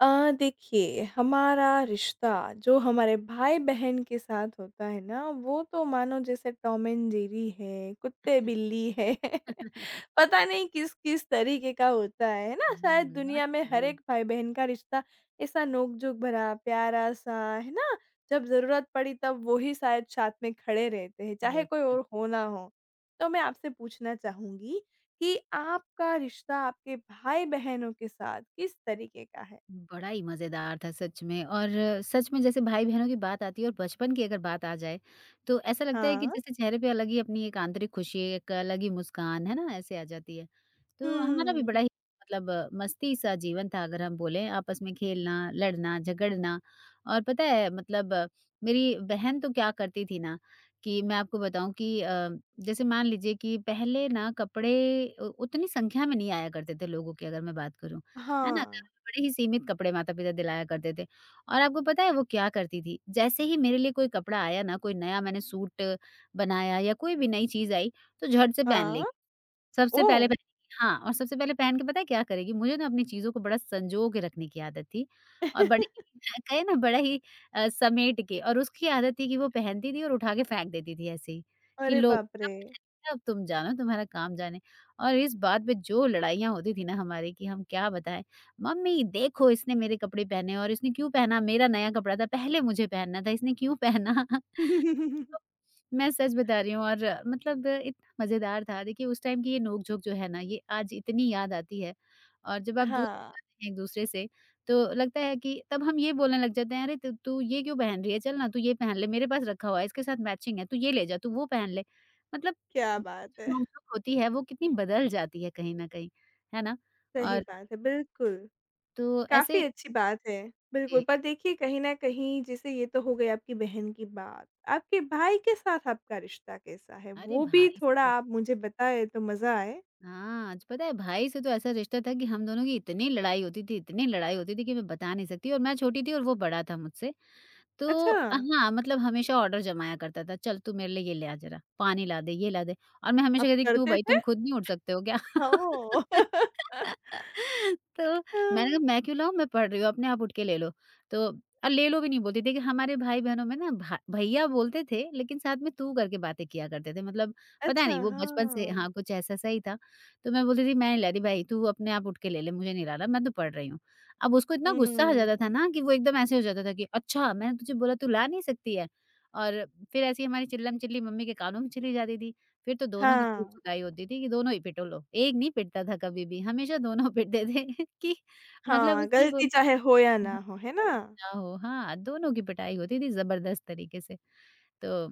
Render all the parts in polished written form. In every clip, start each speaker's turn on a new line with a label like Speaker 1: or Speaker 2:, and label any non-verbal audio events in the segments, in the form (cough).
Speaker 1: देखिए हमारा रिश्ता जो हमारे भाई-बहन के साथ होता है ना, वो तो मानो जैसे टॉम एंड जेरी है, कुत्ते-बिल्ली है। (laughs) पता नहीं किस-किस तरीके का होता है ना? शायद
Speaker 2: हुँ, बात
Speaker 1: दुनिया
Speaker 2: तो
Speaker 1: में हर
Speaker 2: सही है।
Speaker 1: एक भाई-बहन का रिश्ता ऐसा नोक-झोंक भरा, प्यारा-सा, है ना? जब ज़रूरत पड़ी तब वो ही शायद साथ में खड़े रहते हैं, चाहे कोई
Speaker 2: बिल्कुल।
Speaker 1: और हो ना हो। तो मैं आपसे पूछना चाहूँगी कि आपका रिश्ता आपके भाई-बहनों के साथ किस तरीके का है?
Speaker 2: बड़ा ही मज़ेदार था सच में और सच में जैसे भाई-बहनों की बात आती है और बचपन की अगर बात आ जाए, तो ऐसा लगता है कि
Speaker 1: हाँ।
Speaker 2: जैसे चेहरे पे अलग ही अपनी एक आंतरिक खुशी, एक अलग ही मुस्कान, है ना? ऐसे आ जाती है। तो हमारा भी
Speaker 1: हुँ।
Speaker 2: बड़ा ही मतलब मस्ती सा जीवन था अगर हम बोलें, आपस में खेलना, लड़ना, झगड़ना और पता है मतलब मेरी बहन तो क्या करती थी ना कि मैं आपको बताऊँ कि जैसे मान लीजिए कि पहले ना कपड़े उ उतनी संख्या में नहीं आया करते थे लोगों की अगर मैं बात करूँ। है ना? घर
Speaker 1: हाँ।
Speaker 2: में बड़े ही सीमित कपड़े माता-पिता दिलाया करते थे और आपको पता है वो क्या करती थी? जैसे ही मेरे लिए कोई कपड़ा आया ना, कोई नया मैंने सूट बनाया या कोई भी नई चीज़ आई, तो झट से पहन लेगी।
Speaker 1: हाँ।
Speaker 2: सबसे पहले
Speaker 1: ओह!
Speaker 2: पहन हाँ, और सबसे पहले पहन के पता है क्या करेगी? मुझे ना अपनी चीज़ों को बड़ा संजो के रखने की आदत थी और बड़े (laughs) कहे ना बड़ा ही समेट के और उसकी आदत थी कि वो पहनती थी और उठा के फेंक देती थी ऐसे ही, कि
Speaker 1: अरे
Speaker 2: लो अब
Speaker 1: बाप रे!
Speaker 2: पहन अब तुम जानो तुम्हारा काम जाने। और इस बात पे जो लड़ाइयाँ होती थी ना हमारी कि हम क्या बताएँ, "मम्मी देखो इसने मेरे कपड़े पहने और इसने क्यों पहना? मेरा नया कपड़ा था, पहले मुझे पहनना था, इसने क्यों पहना?" (laughs)
Speaker 1: (laughs)
Speaker 2: मैं सच बता रही हूँ और मतलब इतना मज़ेदार था। देखिए उस टाइम की ये नोक-झोंक जो है ना ये आज इतनी याद आती है और जब आप दूर हो
Speaker 1: हाँ,
Speaker 2: जाते हैं एक-दूसरे से तो लगता है कि तब हम ये बोलने लग जाते हैं अरे तू तू ये क्यों पहन रही है? चल ना तू ये पहन ले मेरे पास रखा हुआ है इसके साथ मैचिंग है तू ये ले जा, तू वो पहन ले। मतलब
Speaker 1: क्या
Speaker 2: वो
Speaker 1: बात
Speaker 2: जो
Speaker 1: है।
Speaker 2: नोक-झोंक होती है वो कितनी बदल जाती है कहीं न कहीं, है ना?
Speaker 1: सही
Speaker 2: और
Speaker 1: बात है, बिल्कुल।
Speaker 2: तो
Speaker 1: काफ़ी
Speaker 2: ऐसे।
Speaker 1: अच्छी बात है। बिल्कुल,
Speaker 2: जी,
Speaker 1: पर देखिए कहीं न कहीं जैसे ये तो हो गई आपकी बहन की बात, आपके भाई के साथ आपका रिश्ता कैसा है?
Speaker 2: अरे
Speaker 1: वो भी
Speaker 2: भाई!
Speaker 1: थोड़ा आप मुझे बताएँ तो मज़ा आए।
Speaker 2: हाँ, आज पता है भाई से तो ऐसा रिश्ता था कि हम दोनों की इतनी लड़ाई होती थी, इतनी लड़ाई होती थी कि मैं बता नहीं सकती और मैं छोटी थी और वो बड़ा था मुझसे। तो
Speaker 1: अच्छा,
Speaker 2: हाँ, मतलब हमेशा ऑर्डर जमाया करता था, "चल तू मेरे लिए ये ले आ ज़रा, पानी ला दे, ये ला दे।" और मैं हमेशा
Speaker 1: आप
Speaker 2: कहती, "क्यों
Speaker 1: करते
Speaker 2: भाई
Speaker 1: थे?
Speaker 2: तुम खुद नहीं उठ सकते हो क्या?"
Speaker 1: ओह!
Speaker 2: (laughs)
Speaker 1: (laughs)
Speaker 2: तो मैंने कहा, "मैं क्यों लाऊँ? मैं पढ़ रही हूँ, अपने आप उठ के ले लो।" तो और ले लो भी नहीं बोलती थी कि हमारे भाई-बहनों में ना भा भैया बोलते थे लेकिन साथ में तू करके बातें किया करते थे। मतलब पता
Speaker 1: अच्छा,
Speaker 2: नहीं वो बचपन से
Speaker 1: हाँ।
Speaker 2: हाँ, कुछ ऐसा-सा ही था। तो मैं बोलती थी, "मैं नहीं ला रही भाई, तू अपने आप उठ के ले ले, मुझे नहीं लाना, मैं तो पढ़ रही हूँ।" अब उसको इतना गुस्सा आ जाता था
Speaker 1: हुँ।
Speaker 2: ना कि वो एकदम ऐसे हो जाता था कि, "अच्छा, मैंने तुझे बोला तू ला नहीं सकती है।" और फिर ऐसी हमारी चिल्लम-चिल्ली मम्मी के कानों में चली जाती थी। फिर तो दोनों की खूब
Speaker 1: हाँ।
Speaker 2: पिटाई होती थी कि दोनों ही पिटो लो, एक नहीं पिटता था कभी भी, हमेशा दोनों पिटते थे (laughs) कि मतलब
Speaker 1: हाँ,
Speaker 2: उसने
Speaker 1: गलती
Speaker 2: बोला
Speaker 1: चाहे हो या ना हो, है
Speaker 2: हो
Speaker 1: ना?
Speaker 2: या ना हो हाँ, दोनों की पिटाई होती थी ज़बरदस्त तरीके से। तो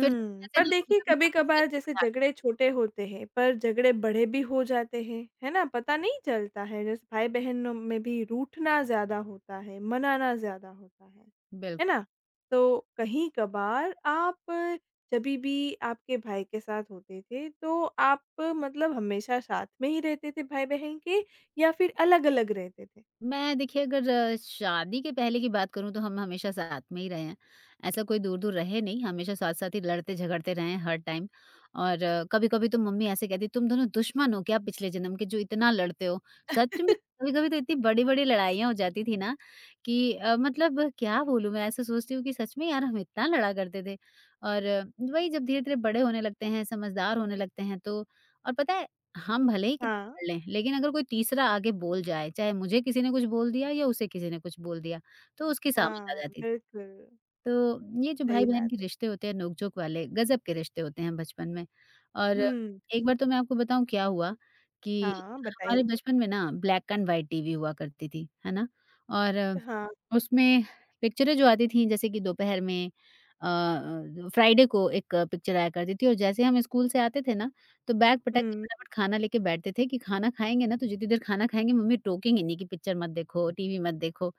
Speaker 2: फिर तो ऐसे
Speaker 1: पर
Speaker 2: ना
Speaker 1: देखिए
Speaker 2: कभी-कभी
Speaker 1: कभी-कभार
Speaker 2: सामंजस्य
Speaker 1: जैसे
Speaker 2: बिठा
Speaker 1: झगड़े छोटे होते हैं, पर झगड़े बड़े भी हो जाते हैं, है ना? पता नहीं चलता है, जैसे भाई-बहनों में भी रूठना ज़्यादा होता है, मनाना ज़्यादा होता
Speaker 2: ले
Speaker 1: है
Speaker 2: बिल्कुल।
Speaker 1: ना? तो कहीं कभार आप जभी भी आपके भाई के साथ होते थे, तो आप मतलब हमेशा साथ में ही रहते थे भाई-बहन के या फिर अलग-अलग रहते थे?
Speaker 2: मैं देखिए अगर शादी के पहले की बात करूं तो हम हमेशा साथ में ही रहे हैं ऐसा कोई दूर दूर रहे नहीं हमेशा साथ साथ ही लड़ते झगड़ते रहे हैं हर टाइम और कभी कभी तो मम्मी ऐसे कहती तुम दोनों दुश्मन हो क्या पिछले जन्म के जो इतना लड़ते हो सच में
Speaker 1: (laughs)
Speaker 2: कभी कभी तो इतनी बड़ी बड़ी लड़ाइयाँ हो जाती थी ना कि मतलब क्या बोलूं मैं ऐसा सोचती हूँ कि सच में यार हम इतना लड़ा करते थे और वही जब धीरे धीरे बड़े होने लगते हैं समझदार होने लगते हैं तो और पता है हम भले ही कर
Speaker 1: हाँ,
Speaker 2: लें, लेकिन अगर कोई तीसरा आगे बोल जाए, चाहे मुझे किसी ने कुछ बोल दिया या उसे किसी ने कुछ बोल दिया, तो उसकी सामत आ
Speaker 1: हाँ,
Speaker 2: जाती थी।
Speaker 1: बिल्कुल,
Speaker 2: तो ये जो
Speaker 1: सही
Speaker 2: भाई-बहन
Speaker 1: बात।
Speaker 2: के रिश्ते होते हैं नोक-झोंक वाले, गज़ब के रिश्ते होते हैं बचपन में। और
Speaker 1: हुँ।
Speaker 2: एक बार तो मैं आपको बताऊँ क्या हुआ कि
Speaker 1: हाँ, बताइए।
Speaker 2: हमारे बचपन में ना ब्लैक एंड व्हाइट टीवी हुआ करती थी, है ना? और
Speaker 1: हाँ,
Speaker 2: उसमें पिक्चरें जो आती थीं जैसे कि दोपहर में फ्राइडे को एक पिक्चर आया करती थी और जैसे हम स्कूल से आते थे ना, तो बैग पटक के
Speaker 1: हुँ।
Speaker 2: फटाफट खाना लेके बैठते थे कि खाना खाएँगे ना तो जितनी देर खाना खाएँगे मम्मी टोकेंगी नहीं कि पिक्चर मत देखो, टीवी मत देखो।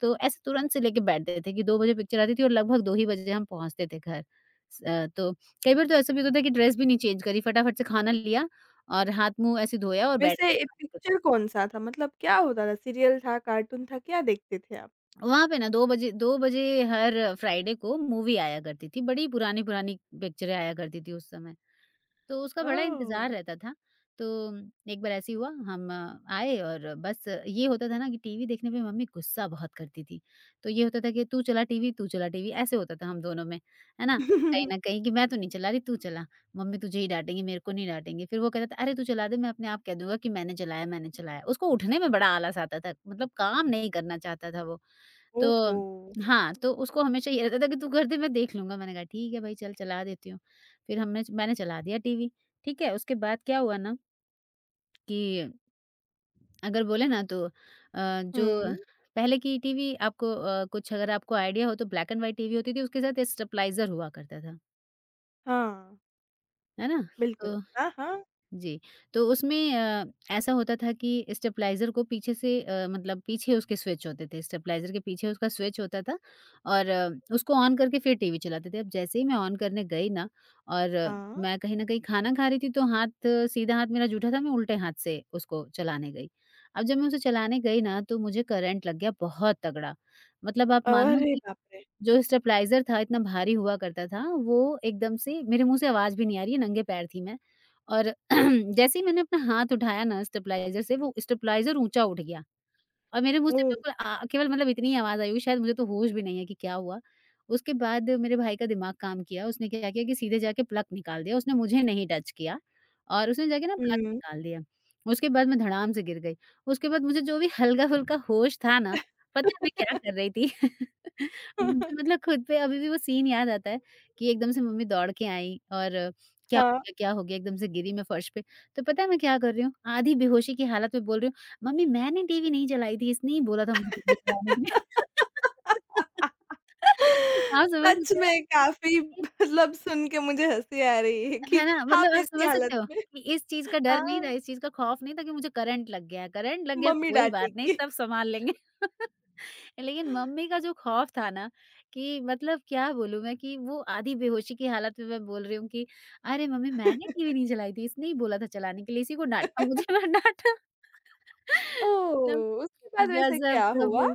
Speaker 2: तो ऐसे तुरंत से लेके बैठते थे कि 2 बजे पिक्चर आती थी और लगभग 2 ही बजे हम पहुँचते थे घर। तो कई बार तो ऐसा भी होता था कि ड्रेस भी नहीं चेंज करी, फटाफट से खाना लिया और हाथ-मुँह ऐसे धोया और बैठ
Speaker 1: वैसे
Speaker 2: गए
Speaker 1: ए
Speaker 2: खाने को लेके।
Speaker 1: पिक्चर कौन-सा था? मतलब क्या होता था? सीरियल था, कार्टून था, क्या देखते थे आप?
Speaker 2: वहाँ पे ना 2 बजे 2 बजे हर फ्राइडे को मूवी आया करती थी। बड़ी पुरानी-पुरानी पिक्चरें आया करती थी उस समय। तो उसका बड़ा इंतज़ार
Speaker 1: ओह!
Speaker 2: रहता था। तो एक बार ऐसे ही हुआ हम आए और बस ये होता था ना कि टीवी देखने पे मम्मी गुस्सा बहुत करती थी। तो ये होता था कि तू चला टीवी ऐसे होता था हम दोनों में, है ना? कहीं न
Speaker 1: (laughs)
Speaker 2: कहीं कि मैं तो नहीं चला रही तू चला, मम्मी तुझे ही डाँटेंगी मेरे को नहीं डाँटेंगी। फिर वो कहता था अरे तू चला दे मैं अपने आप कह दूँगा कि मैंने चलाया, मैंने चलाया। उसको उठने में बड़ा आलस आता था, मतलब काम नहीं करना चाहता था वो। तो
Speaker 1: ओहो!
Speaker 2: हाँ, तो उसको हमेशा ये रहता था कि तू कर दे मैं देख लूँगा। मैंने कहा ठीक है भाई चल चला देती हूँ। फिर हमने मैंने चला दिया टीवी, ठीक है? उसके बाद क्या हुआ ना कि अगर बोले ना तो जो
Speaker 1: हुँ,
Speaker 2: पहले की टीवी आपको कुछ अगर आपको आइडिया हो तो ब्लैक एंड व्हाइट टीवी होती थी, उसके साथ स्टेबलाइज़र हुआ करता था,
Speaker 1: हाँ,
Speaker 2: है ना?
Speaker 1: बिल्कुल।
Speaker 2: तो
Speaker 1: हाँ, हाँ,
Speaker 2: जी, तो उसमें ऐसा होता था कि स्टेबलाइज़र को पीछे से मतलब पीछे उसके स्विच होते थे, स्टेबलाइज़र के पीछे उसका स्विच होता था और उसको ऑन करके फिर टीवी चलाते थे। अब जैसे ही मैं ऑन करने गई ना और
Speaker 1: हाँ।
Speaker 2: मैं कहीं न कहीं खाना खा रही थी तो सीधा हाथ मेरा जूठा था, मैं उल्टे हाथ से उसको चलाने गई। अब जब मैं उसे चलाने गई ना तो मुझे करंट लग गया बहुत तगड़ा। मतलब आप मानो
Speaker 1: अरे बाप रे!
Speaker 2: जो स्टेबलाइज़र था इतना भारी हुआ करता था, वो एकदम से मेरे मुँह से आवाज़ भी नहीं आ रही है, नंगे पैर थी मैं और (clears throat) जैसे ही मैंने अपना हाथ उठाया ना स्टेबलाइज़र से, वो स्टेबलाइज़र ऊँचा उठ गया। और मेरे मुँह से
Speaker 1: ओह!
Speaker 2: बिल्कुल केवल मतलब इतनी ही आवाज़ आई होगी शायद मुझे तो होश भी नहीं है कि क्या हुआ। उसके बाद मेरे भाई का दिमाग काम किया, उसने क्या किया कि सीधे जाके प्लग निकाल दिया, उसने मुझे नहीं टच किया और उसने जाके ना प्लग
Speaker 1: हुँ।
Speaker 2: निकाल दिया। उसके बाद मैं धड़ाम से गिर गई। उसके बाद मुझे जो भी हल्का-फुल्का होश था ना, पता है मैं क्या कर रही थी? (laughs) मुझे
Speaker 1: (laughs)
Speaker 2: मतलब खुद पे अभी भी वो सीन याद आता है कि एकदम से मम्मी दौड़ के आई और क्या हो
Speaker 1: हाँ।
Speaker 2: गया, क्या हो गया? एकदम से गिरी मैं फर्श पे। तो पता है मैं क्या कर रही हूँ? आधी बेहोशी की हालत में बोल रही हूँ मम्मी मैंने टीवी नहीं चलाई थी, इसने ही बोला था मुझे टीवी चलाने के लिए। (laughs) आप समझ
Speaker 1: सच
Speaker 2: सकते हो?
Speaker 1: में काफ़ी
Speaker 2: कि
Speaker 1: मतलब सुन के मुझे हँसी आ रही है कि
Speaker 2: है ना? मतलब
Speaker 1: आप
Speaker 2: आप
Speaker 1: ऐसी
Speaker 2: समझ
Speaker 1: हालत
Speaker 2: सकते हो
Speaker 1: में
Speaker 2: कि इस चीज़ का डर नहीं था,
Speaker 1: हाँ,
Speaker 2: इस चीज़ का खौफ नहीं था कि मुझे करंट लग गया है, करंट लग गया
Speaker 1: मम्मी
Speaker 2: कोई बात नहीं
Speaker 1: डाँटेगी।
Speaker 2: सब सँभाल लेंगे। (laughs) लेकिन मम्मी का जो खौफ था ना कि मतलब क्या बोलूँ मैं कि वो आधी बेहोशी की हालत में मैं बोल रही हूँ कि अरे मम्मी मैंने टीवी
Speaker 1: (laughs)
Speaker 2: नहीं चलाई थी, इसने ही बोला था चलाने के लिए, इसी को डाँटा मुझे मैं डाँटा। (laughs) मतलब
Speaker 1: ओह! उसके बाद वैसे
Speaker 2: गज़ब
Speaker 1: क्या
Speaker 2: का
Speaker 1: हुआ?
Speaker 2: वो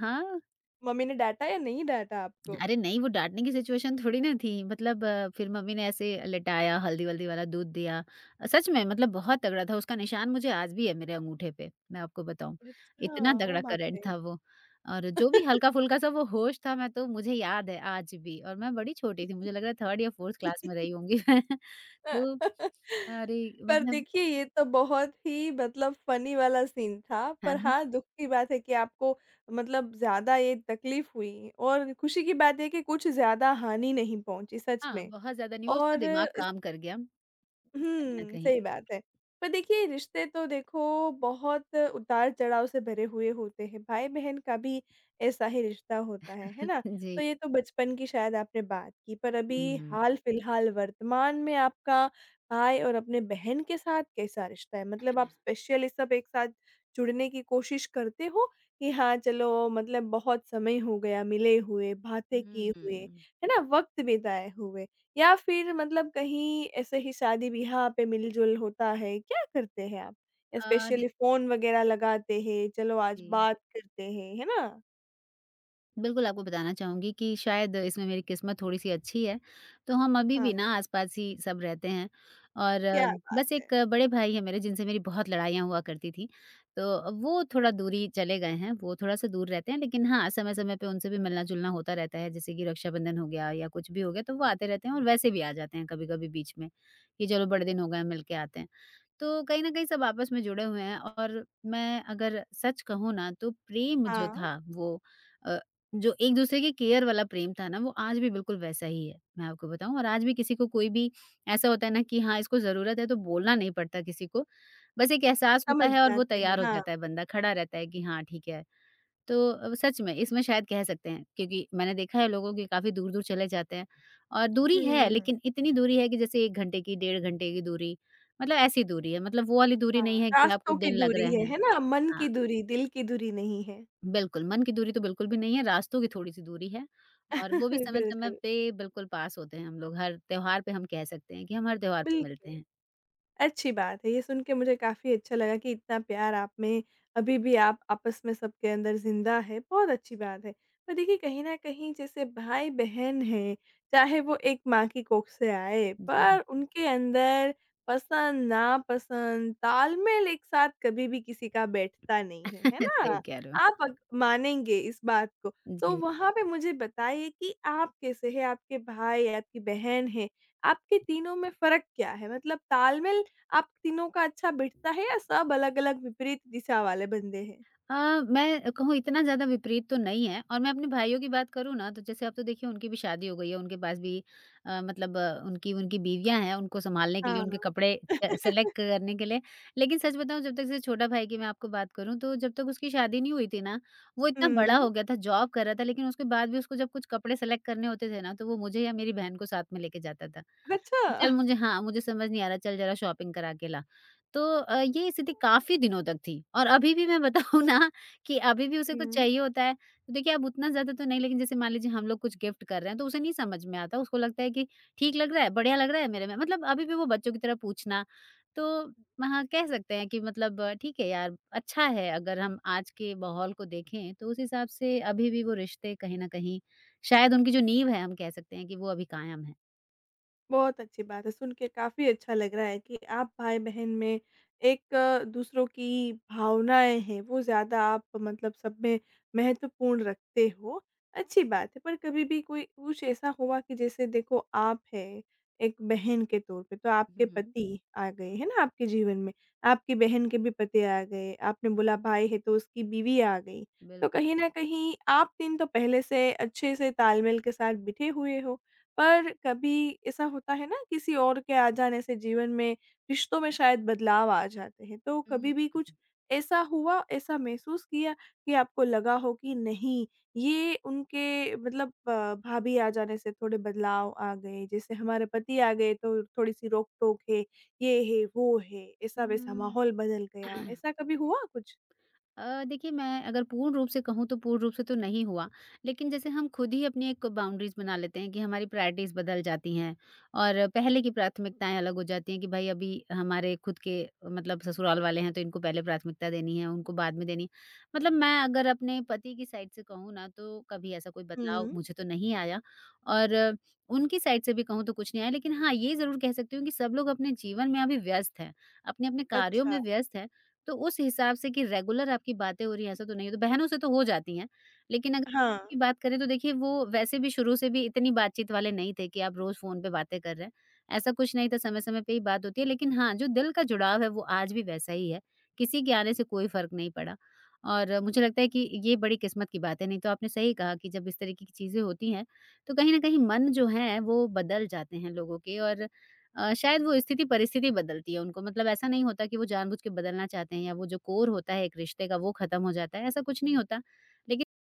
Speaker 2: हाँ,
Speaker 1: मम्मी ने डाँटा या नहीं डाँटा आपको?
Speaker 2: अरे नहीं वो डाँटने की सिचुएशन थोड़ी ना थी मतलब फिर मम्मी ने ऐसे लिटाया, हल्दी-वल्दी वाला दूध दिया। सच में मतलब बहुत तगड़ा था, उसका निशान मुझे आज भी है मेरे अंगूठे पे, मैं आपको बताऊँ।
Speaker 1: अच्छा,
Speaker 2: इतना
Speaker 1: ओह
Speaker 2: तगड़ा
Speaker 1: बाप
Speaker 2: करंट
Speaker 1: रे!
Speaker 2: था वो और जो भी हल्का-फुल्का सा वो होश था मैं तो मुझे याद है आज भी और मैं बड़ी छोटी थी, मुझे लग रहा है 3rd या 4th क्लास में रही
Speaker 1: (laughs)
Speaker 2: होंगी (laughs) मैं। तो अरे
Speaker 1: पर
Speaker 2: मतलब
Speaker 1: देखिए ये तो बहुत ही मतलब फ़नी वाला सीन था,
Speaker 2: है
Speaker 1: पर
Speaker 2: ना?
Speaker 1: हाँ, दुःख की बात है कि आपको मतलब ज़्यादा ये तकलीफ़ हुई और खुशी की बात है कि कुछ ज़्यादा हानि नहीं पहुँची सच
Speaker 2: हाँ,
Speaker 1: में।
Speaker 2: बहुत ज़्यादा नहीं हुआ, उसका
Speaker 1: और
Speaker 2: दिमाग काम कर गया कहीं न
Speaker 1: हुँ,
Speaker 2: कहीं।
Speaker 1: सही बात है। पर देखिए रिश्ते तो देखो बहुत उतार-चढ़ाव से भरे हुए होते हैं, भाई-बहन का भी ऐसा ही रिश्ता होता है ना? तो
Speaker 2: जी।
Speaker 1: ये तो बचपन की शायद आपने बात की, पर अभी
Speaker 2: हुँ।
Speaker 1: हाल-फिलहाल वर्तमान में आपका भाई और अपने बहन के साथ कैसा रिश्ता है? मतलब आप स्पेशली सब एक साथ जुड़ने की कोशिश करते हो कि हाँ, चलो मतलब बहुत समय हो गया मिले हुए, बातें किए हुए,
Speaker 2: हुँ।
Speaker 1: है ना? वक़्त बिताए हुए। या फिर मतलब कहीं ऐसे ही शादी-ब्याह पे मिल-जुल होता है, क्या करते हैं आप?
Speaker 2: जी,
Speaker 1: स्पेशली फ़ोन वगैरह लगाते हैं, चलो आज
Speaker 2: जी।
Speaker 1: बात करते हैं, है ना?
Speaker 2: बिल्कुल आपको बताना चाहूँगी कि शायद इसमें मेरी किस्मत थोड़ी-सी अच्छी है, तो हम अभी
Speaker 1: हाँ,
Speaker 2: भी ना आस-पास ही सब रहते हैं और
Speaker 1: क्या बात
Speaker 2: बस
Speaker 1: है।
Speaker 2: एक बड़े भाई हैं मेरे, जिनसे मेरी बहुत लड़ाइयाँ हुआ करती थीं, तो वो थोड़ा दूरी चले गए हैं, वो थोड़ा-सा दूर रहते हैं, लेकिन हाँ, समय-समय पे उनसे भी मिलना-जुलना होता रहता है, जैसे कि रक्षाबंधन हो गया या कुछ भी हो गया, तो वो आते रहते हैं, और वैसे भी आ जाते हैं कभी-कभी बीच में, कि चलो बड़े दिन हो गए हैं, मिल के आते हैं। तो कहीं न कहीं सब आपस में जुड़े हुए हैं, और मैं अगर सच कहूँ ना, तो प्रेम जो
Speaker 1: हाँ,
Speaker 2: था वो, अ, जो एक-दूसरे की केयर वाला प्रेम था ना, वो आज भी बिल्कुल वैसा ही है, मैं आपको बताऊँ। और आज भी किसी को कोई भी, ऐसा होता है ना कि हाँ, इसको ज़रूरत है, तो बोलना नहीं पड़ता किसी को। बस एक एहसास होता
Speaker 1: समझ
Speaker 2: है, और वो
Speaker 1: जाते हैं,
Speaker 2: तैयार हो
Speaker 1: हाँ।
Speaker 2: जाता है बंदा, खड़ा रहता है कि हाँ, ठीक है। तो सच में इसमें शायद कह सकते हैं, क्योंकि मैंने देखा है लोगों के काफ़ी दूर-दूर चले जाते हैं, और दूरी है,
Speaker 1: हुँ,
Speaker 2: लेकिन इतनी दूरी है कि जैसे 1 घंटे की, 1.5 घंटे की दूरी, मतलब ऐसी दूरी है, मतलब वो वाली दूरी
Speaker 1: हाँ,
Speaker 2: नहीं है कि आपको
Speaker 1: रास्तों की
Speaker 2: दिन लग
Speaker 1: दूरी
Speaker 2: रहे हैं।
Speaker 1: है ना? मन
Speaker 2: हाँ,
Speaker 1: की दूरी, दिल की दूरी नहीं है।
Speaker 2: बिल्कुल मन की दूरी तो बिल्कुल भी नहीं है, रास्तों की थोड़ी-सी दूरी है, और वो भी
Speaker 1: (laughs)
Speaker 2: समय-समय
Speaker 1: बिल्कुल,
Speaker 2: पे बिल्कुल पास होते हैं हम लोग, हर त्योहार पे, हम कह सकते हैं कि हम हर त्योहार पे मिलते
Speaker 1: बिल्कुल।
Speaker 2: हैं।
Speaker 1: अच्छी बात है। ये सुन के मुझे काफ़ी अच्छा लगा कि इतना प्यार आप में अभी भी आप आपस में सबके अंदर ज़िंदा है, बहुत अच्छी बात है। पर देखिए कहीं न कहीं जैसे भाई-बहन हैं, चाहे वो एक माँ की कोख से आए,
Speaker 2: जी।
Speaker 1: पर उनके अंदर पसंद, नापसंद, तालमेल एक साथ कभी भी किसी का बैठता नहीं है, है
Speaker 2: (laughs) सही
Speaker 1: ना?
Speaker 2: कह रहे हो।
Speaker 1: आप अग मानेंगे इस बात को। तो
Speaker 2: जी।
Speaker 1: वहाँ पे मुझे बताइए कि आप कैसे हैं? आपके भाई, आपकी बहन है, आपके तीनों में फ़र्क क्या है? मतलब तालमेल आप तीनों का अच्छा बिठता है या सब अलग-अलग विपरीत दिशा वाले बंदे हैं?
Speaker 2: अ, मैं कहूँ, इतना ज़्यादा विपरीत तो नहीं है, और मैं अपने भाइयों की बात करूँ ना, तो जैसे अब तो देखिए उनकी भी शादी हो गई है, उनके पास भी उनकी उनकी बीवियाँ हैं, उनको संभालने के लिए,
Speaker 1: हाँ।
Speaker 2: उनके कपड़े
Speaker 1: (laughs)
Speaker 2: सेलेक्ट करने के लिए। लेकिन सच बताऊँ, जब तक, जैसे छोटा भाई की मैं आपको बात करूँ, तो जब तक उसकी शादी नहीं हुई थी ना, वो इतना बड़ा
Speaker 1: हुँ,
Speaker 2: हो गया था, जॉब कर रहा था, लेकिन उसके बाद भी उसको जब कुछ कपड़े सेलेक्ट करने होते थे ना, तो वो मुझे या मेरी बहन को साथ में लेके जाता था।
Speaker 1: अच्छा।
Speaker 2: चल मुझे, हाँ, मुझे समझ नहीं आ रहा, चल ज़रा शॉपिंग करा के ला। तो ये स्थिति काफ़ी दिनों तक थी, और अभी भी मैं बताऊँ ना, कि अभी भी उसे कुछ
Speaker 1: हुँ।
Speaker 2: चाहिए होता है, तो देखिए अब उतना ज़्यादा तो नहीं, लेकिन जैसे मान लीजिए हम लोग कुछ गिफ्ट कर रहे हैं, तो उसे नहीं समझ में आता, उसको लगता है कि ठीक लग रहा है, बढ़िया लग रहा है मेरे में, मतलब अभी भी वो बच्चों की तरह पूछना। तो हाँ, कह सकते हैं कि, मतलब ठीक है यार, अच्छा है, अगर हम आज के माहौल को देखें, तो उस हिसाब से अभी भी वो रिश्ते, कहीं न कहीं शायद उनकी जो नींव है, हम कह सकते हैं कि वो अभी कायम है।
Speaker 1: बहुत अच्छी बात है, सुन के काफ़ी अच्छा लग रहा है कि आप भाई-बहन में एक दूसरों की भावनाएँ हैं, वो ज़्यादा आप मतलब सब में महत्वपूर्ण रखते हो, अच्छी बात है। पर कभी भी कोई कुछ ऐसा हुआ कि जैसे देखो आप हैं, एक बहन के तौर पे, तो आपके
Speaker 2: हुँ, हुँ।
Speaker 1: पति आ गए, है ना, आपके जीवन में, आपकी बहन के भी पति आ गए, आपने बोला भाई है तो उसकी बीवी आ गई, तो
Speaker 2: बिल्कुल।
Speaker 1: कहीं न कहीं आप 3 तो पहले से अच्छे से तालमेल के साथ बिठे हुए हो। पर कभी ऐसा होता है ना किसी और के आ जाने से जीवन में, रिश्तों में शायद बदलाव आ जाते हैं। तो कभी
Speaker 2: हुँ,
Speaker 1: भी कुछ ऐसा हुआ, ऐसा महसूस किया कि आपको लगा हो कि नहीं, ये उनके मतलब भाभी आ जाने से थोड़े बदलाव आ गए, जैसे हमारे पति आ गए तो थोड़ी-सी रोक-टोक है, ये है, वो है, ऐसा-वैसा
Speaker 2: हुँ।
Speaker 1: माहौल बदल गया,
Speaker 2: (clears throat)
Speaker 1: ऐसा कभी हुआ कुछ?
Speaker 2: देखिए, मैं अगर पूर्ण रूप से कहूँ, तो पूर्ण रूप से तो नहीं हुआ, लेकिन जैसे हम खुद ही अपनी एक बाउंड्रीज़ बना लेते हैं, कि हमारी प्रायोरिटीज़ बदल जाती हैं, और पहले की प्राथमिकताएँ अलग हो जाती हैं, कि भाई अभी हमारे खुद के, मतलब ससुराल वाले हैं, तो इनको पहले प्राथमिकता देनी है, उनको बाद में देनी, मतलब मैं अगर अपने पति की साइड से कहूँ ना, तो कभी ऐसा कोई बदलाव
Speaker 1: हुँ,
Speaker 2: मुझे तो नहीं आया, और उनकी साइड से भी कहूँ तो कुछ नहीं आया, लेकिन हाँ, ये ज़रूर कह सकती हूँ कि सब लोग अपने जीवन में अभी व्यस्त हैं, अपने-अपने कार्यों
Speaker 1: अच्छा।
Speaker 2: में व्यस्त हैं। तो उस हिसाब से कि रेगुलर आपकी बातें हो रही हैं, ऐसा तो नहीं है। तो बहनों से तो हो जाती हैं, लेकिन अगर
Speaker 1: हाँ।
Speaker 2: की बात करें, तो देखिए, वो वैसे भी शुरू से भी इतनी बातचीत वाले नहीं थे कि आप रोज़ फ़ोन पे बातें कर रहे हैं। ऐसा कुछ नहीं था, समय-समय पे ही बात होती है, लेकिन हाँ, जो दिल का जुड़ाव है, वो आज भी वैसा ही है। किसी के आने से कोई फ़र्क नहीं पड़ा, और मुझे लगता है कि ये बड़ी किस्मत की बात है, नहीं तो आपने सही कहा कि जब इस तरीके की चीज़ें होती हैं, तो कहीं न कहीं मन जो हैं वो बदल जाते हैं लोगों के, और शायद वो स्थिति परिस्थिति बदलती है उनको, मतलब ऐसा नहीं होता कि वो जानबूझ के बदलना चाहते हैं, या वो जो कोर होता है एक रिश्ते का, वो खत्म हो जाता है, ऐसा कुछ नहीं होता, लेकिन